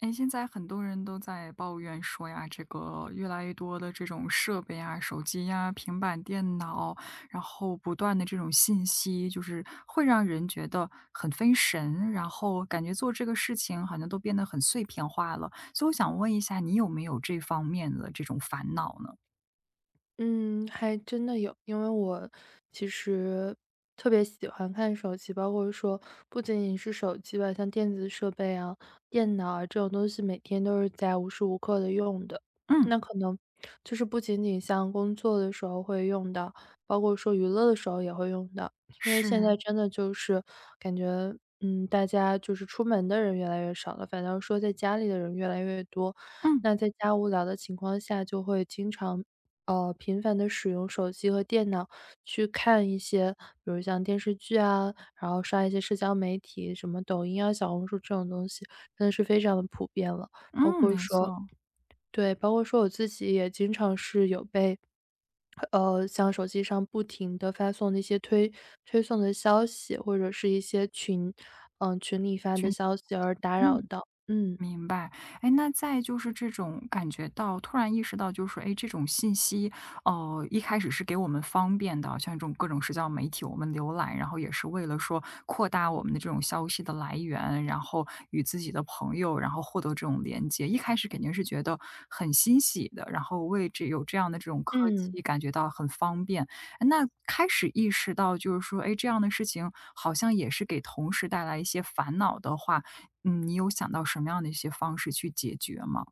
哎，现在很多人都在抱怨说呀，这个越来越多的这种设备啊，手机呀、平板电脑，然后不断的这种信息，就是会让人觉得很分神，然后感觉做这个事情好像都变得很碎片化了。所以我想问一下，你有没有这方面的这种烦恼呢？嗯，还真的有，因为我其实特别喜欢看手机，包括说不仅仅是手机吧，像电子设备啊、电脑啊这种东西，每天都是在无时无刻的用的。嗯，那可能就是不仅仅像工作的时候会用到，包括说娱乐的时候也会用到，因为现是，在真的就是感觉，大家就是出门的人越来越少了，反倒说在家里的人越来越多。嗯那在家无聊的情况下，就会经常频繁的使用手机和电脑去看一些，比如像电视剧啊，然后刷一些社交媒体，什么抖音啊、小红书这种东西，真的是非常的普遍了。包嗯，括没说错，对，包括说我自己也经常是有被，像手机上不停的发送那些推送的消息，或者是一些群里发的消息而打扰嗯。到。嗯，明白，哎，那再就是这种感觉到突然意识到，就是说，哎，诶这种信息，哦，一开始是给我们方便的，像这种各种社交媒体，我们浏览，然后也是为了说扩大我们的这种消息的来源，然后与自己的朋友，然后获得这种连接。一开始肯定是觉得很欣喜的，然后为这有这样的这种科嗯。技感觉到很方便。哎那开始意识到，就是说，哎，这样的事情好像也是给同事带来一些烦恼的话，嗯，你有想到什么样的一些方式去解决吗？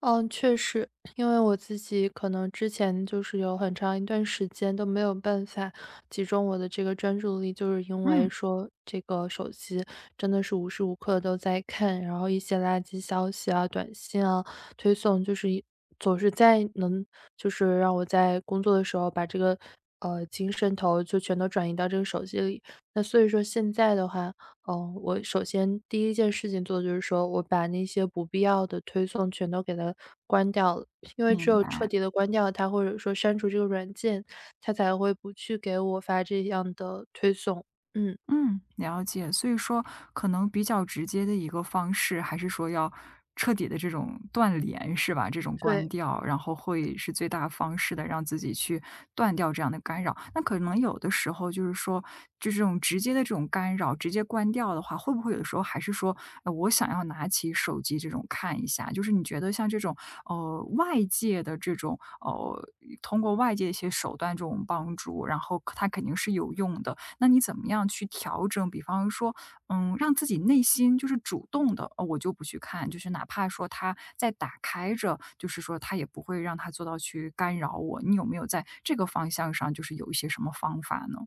嗯，确实，因为我自己可能之前就是有很长一段时间都没有办法集中我的这个专注力，就是因为嗯，说这个手机真的是无时无刻都在看，然后一些垃圾消息啊、短信啊、推送，就是一总是在能就是让我在工作的时候把这个精神头就全都转移到这个手机里。那所以说现在的话，哦，我首先第一件事情做的就是说，我把那些不必要的推送全都给它关掉了，因为只明有彻白。底的关掉它，或者说删除这个软件，它才会不去给我发这样的推送。嗯，嗯，了解。所以说可能比较直接的一个方式，还是说要彻底的这种断联，是吧？这种关对，掉，然后会是最大方式的，让自己去断掉这样的干扰。那可能有的时候就是说，就这种直接的这种干扰，直接关掉的话，会不会有的时候还是说，我想要拿起手机这种看一下？就是你觉得像这种外界的这种通过外界一些手段这种帮助，然后它肯定是有用的。那你怎么样去调整？比方说，嗯，让自己内心就是主动的，哦，我就不去看，就是哪怕说它在打开着，就是说它也不会让它做到去干扰我。你有没有在这个方向上，就是有一些什么方法呢？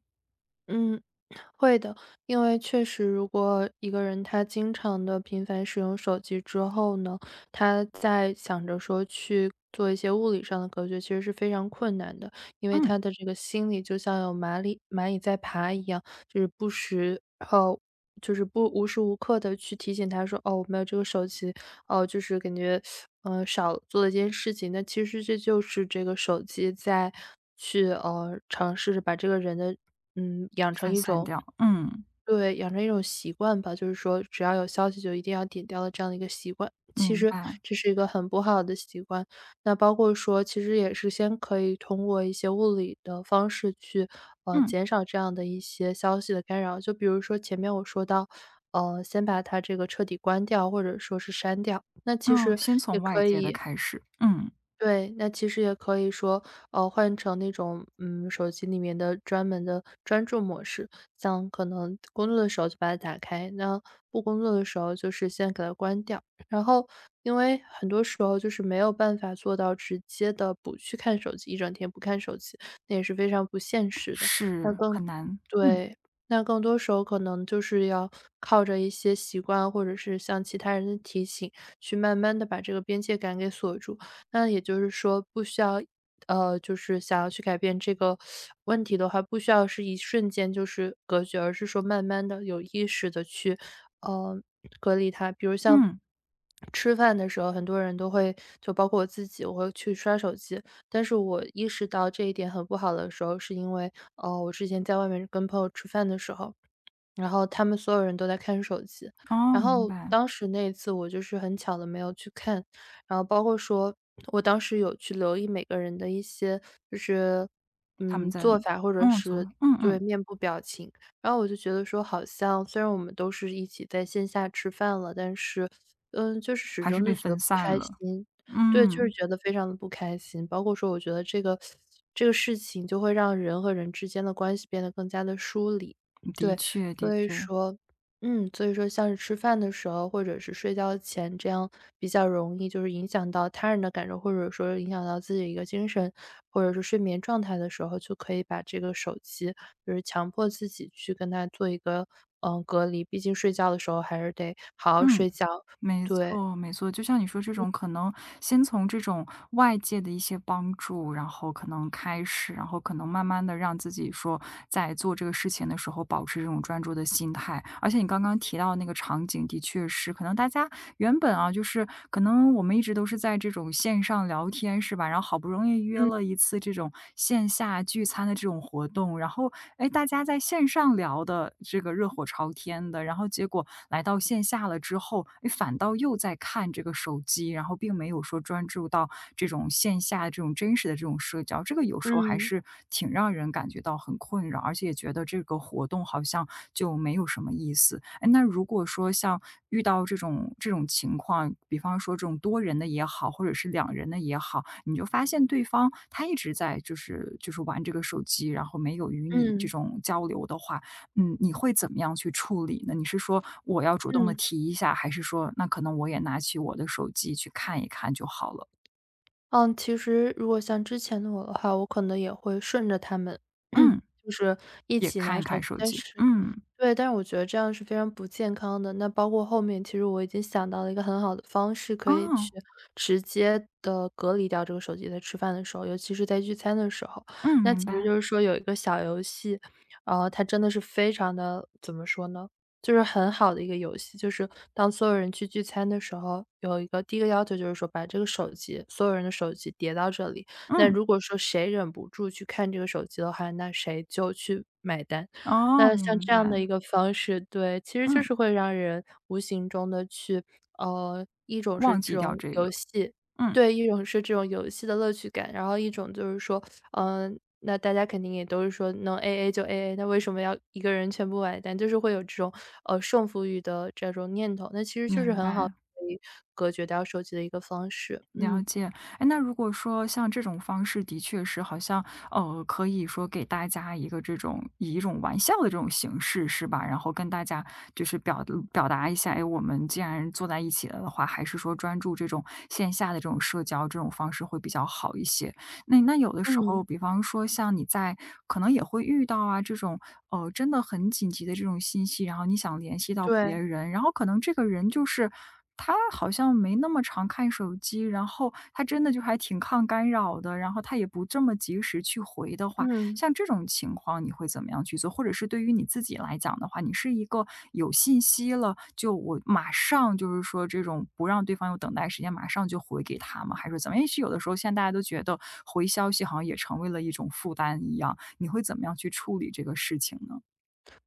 嗯。会的，因为确实，如果一个人他经常的频繁使用手机之后呢，他在想着说去做一些物理上的隔绝，其实是非常困难的，因为他嗯，的这个心里就像有蚂蚁在爬一样，就是不时呃，就是不无时无刻的去提醒他说，哦，我没有这个手机，哦，就是感觉少做了一件事情。那其实这就是这个手机在尝试着把这个人的嗯养成分一散种掉，嗯，对，养成一种习惯吧，就是说只要有消息就一定要点掉的这样的一个习惯，其明实白，这是一个很不好的习惯。那包括说，其实也是先可以通过一些物理的方式去，嗯，减少这样的一些消息的干扰。就比如说前面我说到，先把它这个彻底关掉，或者说是删掉。那其哦，实先也从外可界的以开始，嗯，对，那其实也可以说，换成那种，手机里面的专门的专注模式，像可能工作的时候就把它打开，那不工作的时候就是先给它关掉。然后，因为很多时候就是没有办法做到直接的不去看手机，一整天不看手机，那也是非常不现实的。那是更很难，嗯对，那更多时候可能就是要靠着一些习惯，或者是像其他人的提醒，去慢慢的把这个边界感给锁住。那也就是说不需要就是想要去改变这个问题的话，不需要是一瞬间就是隔绝，而是说慢慢的有意识的去，呃，隔离它。比如像嗯，吃饭的时候，很多人都会就包括我自己，我会去刷手机，但是我意识到这一点很不好的时候，是因为，我之前在外面跟朋友吃饭的时候然后他们所有人都在看手机。哦，然明后白，当时那一次我就是很巧的没有去看，然后包括说我当时有去留意每个人的一些就是，他们在，做法或者嗯，做，是嗯对，嗯，面部表情。然后我就觉得说好像虽然我们都是一起在线下吃饭了，但是，就是始还是终被都觉得分不散开了，心。对，就是嗯，觉得非常的不开心。包括说我觉得这个事情就会让人和人之间的关系变得更加的疏离，的对。确的所以确，说所以说像是吃饭的时候，或者是睡觉前，这样比较容易就是影响到他人的感受，或者说影响到自己的一个精神，或者是睡眠状态的时候，就可以把这个手机就是强迫自己去跟它做一个，隔离。毕竟睡觉的时候还是得好好嗯，睡觉。没对，错没错，就像你说这种可能先从这种外界的一些帮助，然后可能开始，然后可能慢慢的让自己说在做这个事情的时候保持这种专注的心态。而且你刚刚提到那个场景，的确是可能大家原本啊，就是可能我们一直都是在这种线上聊天是吧，然后好不容易约嗯了一次这种线下聚餐的这种活动，然后哎，大家在线上聊的这个热火朝天的，然后结果来到线下了之后，哎，反倒又在看这个手机，然后并没有说专注到这种线下这种真实的这种社交，这个有时候还嗯是挺让人感觉到很困扰，而且也觉得这个活动好像就没有什么意思。哎，那如果说像遇到这种这种情况，比方说这种多人的也好，或者是两人的也好，你就发现对方他一直在就是玩这个手机，然后没有与你这嗯种交流的话，嗯，你会怎么样去处理呢？你是说我要主动的嗯。提一下，还是说那可能我也拿起我的手机去看一看就好了？嗯，其实如果像之前的我的话，我可能也会顺着他们，嗯，就是一也起看拿一手看机，手机。嗯，对，但是我觉得这样是非常不健康的。那包括后面，其实我已经想到了一个很好的方式，可以去哦，直接的隔离掉这个手机，在吃饭的时候，尤其是在聚餐的时候。嗯，那其明实白。就是说有一个小游戏，它真的是非常的怎么说呢，就是很好的一个游戏。就是当所有人去聚餐的时候，有一个第一个要求就是说把这个手机所有人的手机叠到这里，那嗯，如果说谁忍不住去看这个手机的话，那谁就去买单。哦，那像明这样白，的一个方式，对，其实就嗯。是会让人无形中的去呃，一种是忘记这掉种这游个，戏嗯，对，一种是这种游戏的乐趣感，然后一种就是说，那大家肯定也都是说能 AA 就 AA，那为什么要一个人全部买单，就是会有这种，胜负欲的这种念头，那其实就是明很好白，可以隔绝掉手机的一个方式，了嗯，解。哎，那如果说像这种方式的确是好像，可以说给大家一个这种以一种玩笑的这种形式是吧？然后跟大家就是表表达一下，哎，我们既然坐在一起了的话，还是说专注这种线下的这种社交这种方式会比较好一些。那那有的时嗯，候，比方说像你在可能也会遇到啊，这种，真的很紧急的这种信息，然后你想联系到别对，人，然后可能这个人就是他好像没那么常看手机，然后他真的就还挺抗干扰的，然后他也不这么及时去回的话，嗯。像这种情况你会怎么样去做？或者是对于你自己来讲的话，你是一个有信息了，就我马上就是说这种不让对方有等待时间，马上就回给他吗？还是怎么样？也许有的时候现在大家都觉得回消息好像也成为了一种负担一样，你会怎么样去处理这个事情呢？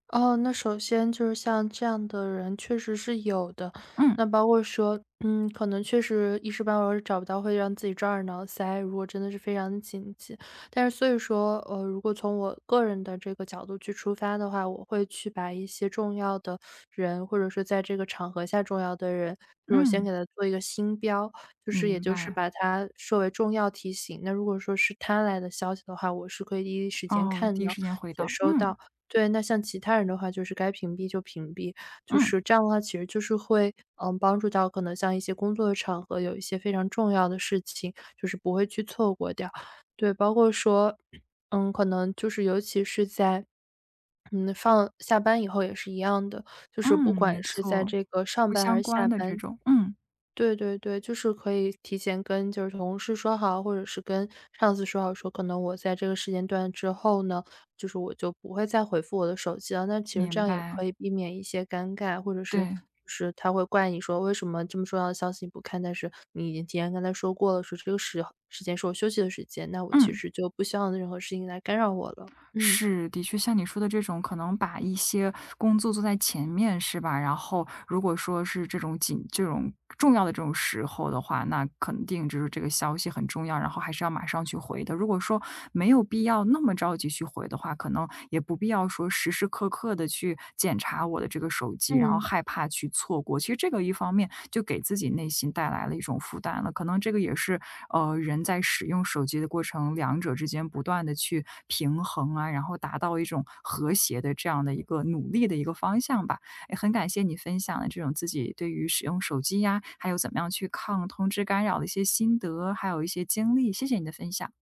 哦，那首先就是像这样的人确实是有的，嗯，那包括说，可能确实一时半会儿找不到，会让自己抓耳挠腮。如果真的是非常的紧急，但是所以说，如果从我个人的这个角度去出发的话，我会去把一些重要的人，或者说在这个场合下重要的人，就是我先嗯，给他做一个星标，就是也明就是白。把他设为重要提醒。那如果说是他来的消息的话，我是可以第一时间哦，看第一到时间回且到，收嗯，到。对，那像其他人的话，就是该屏蔽就屏蔽，就嗯，是这样的话，其实就是会，帮助到可能像一些工作的场合，有一些非常重要的事情，就是不会去错过掉。对，包括说，可能就是尤其是在，放下班以后也是一样的，就是嗯，不管没是在错，这个上不班还相是关下的这班，种，嗯，对对对，就是可以提前跟就是同事说好，或者是跟上司说好，说可能我在这个时间段之后呢，就是我就不会再回复我的手机了。那其实这明样也白，可以避免一些尴尬，或者是对，就是他会怪你说为什么这么重要的消息你不看，但是你已经提前跟他说过了，说这个时间是我休息的时间，那我其嗯。实就不希望任何事情来干扰我了。嗯是，的确像你说的这种，可能把一些工作做在前面，是吧？然后如果说是这种紧、这种重要的这种时候的话，那肯定就是这个消息很重要，然后还是要马上去回的。如果说没有必要那么着急去回的话，可能也不必要说时时苛刻的去检查我的这个手机，然后嗯害怕去错过。其实这个一方面就给自己内心带来了一种负担了，可能这个也是，人在使用手机的过程，两者之间不断的去平衡啊，然后达到一种和谐的这样的一个努力的一个方向吧。也很感谢你分享的这种自己对于使用手机呀，还有怎么样去抗通知干扰的一些心得，还有一些经历，谢谢你的分享。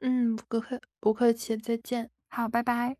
嗯，不客气，再见。好，拜拜。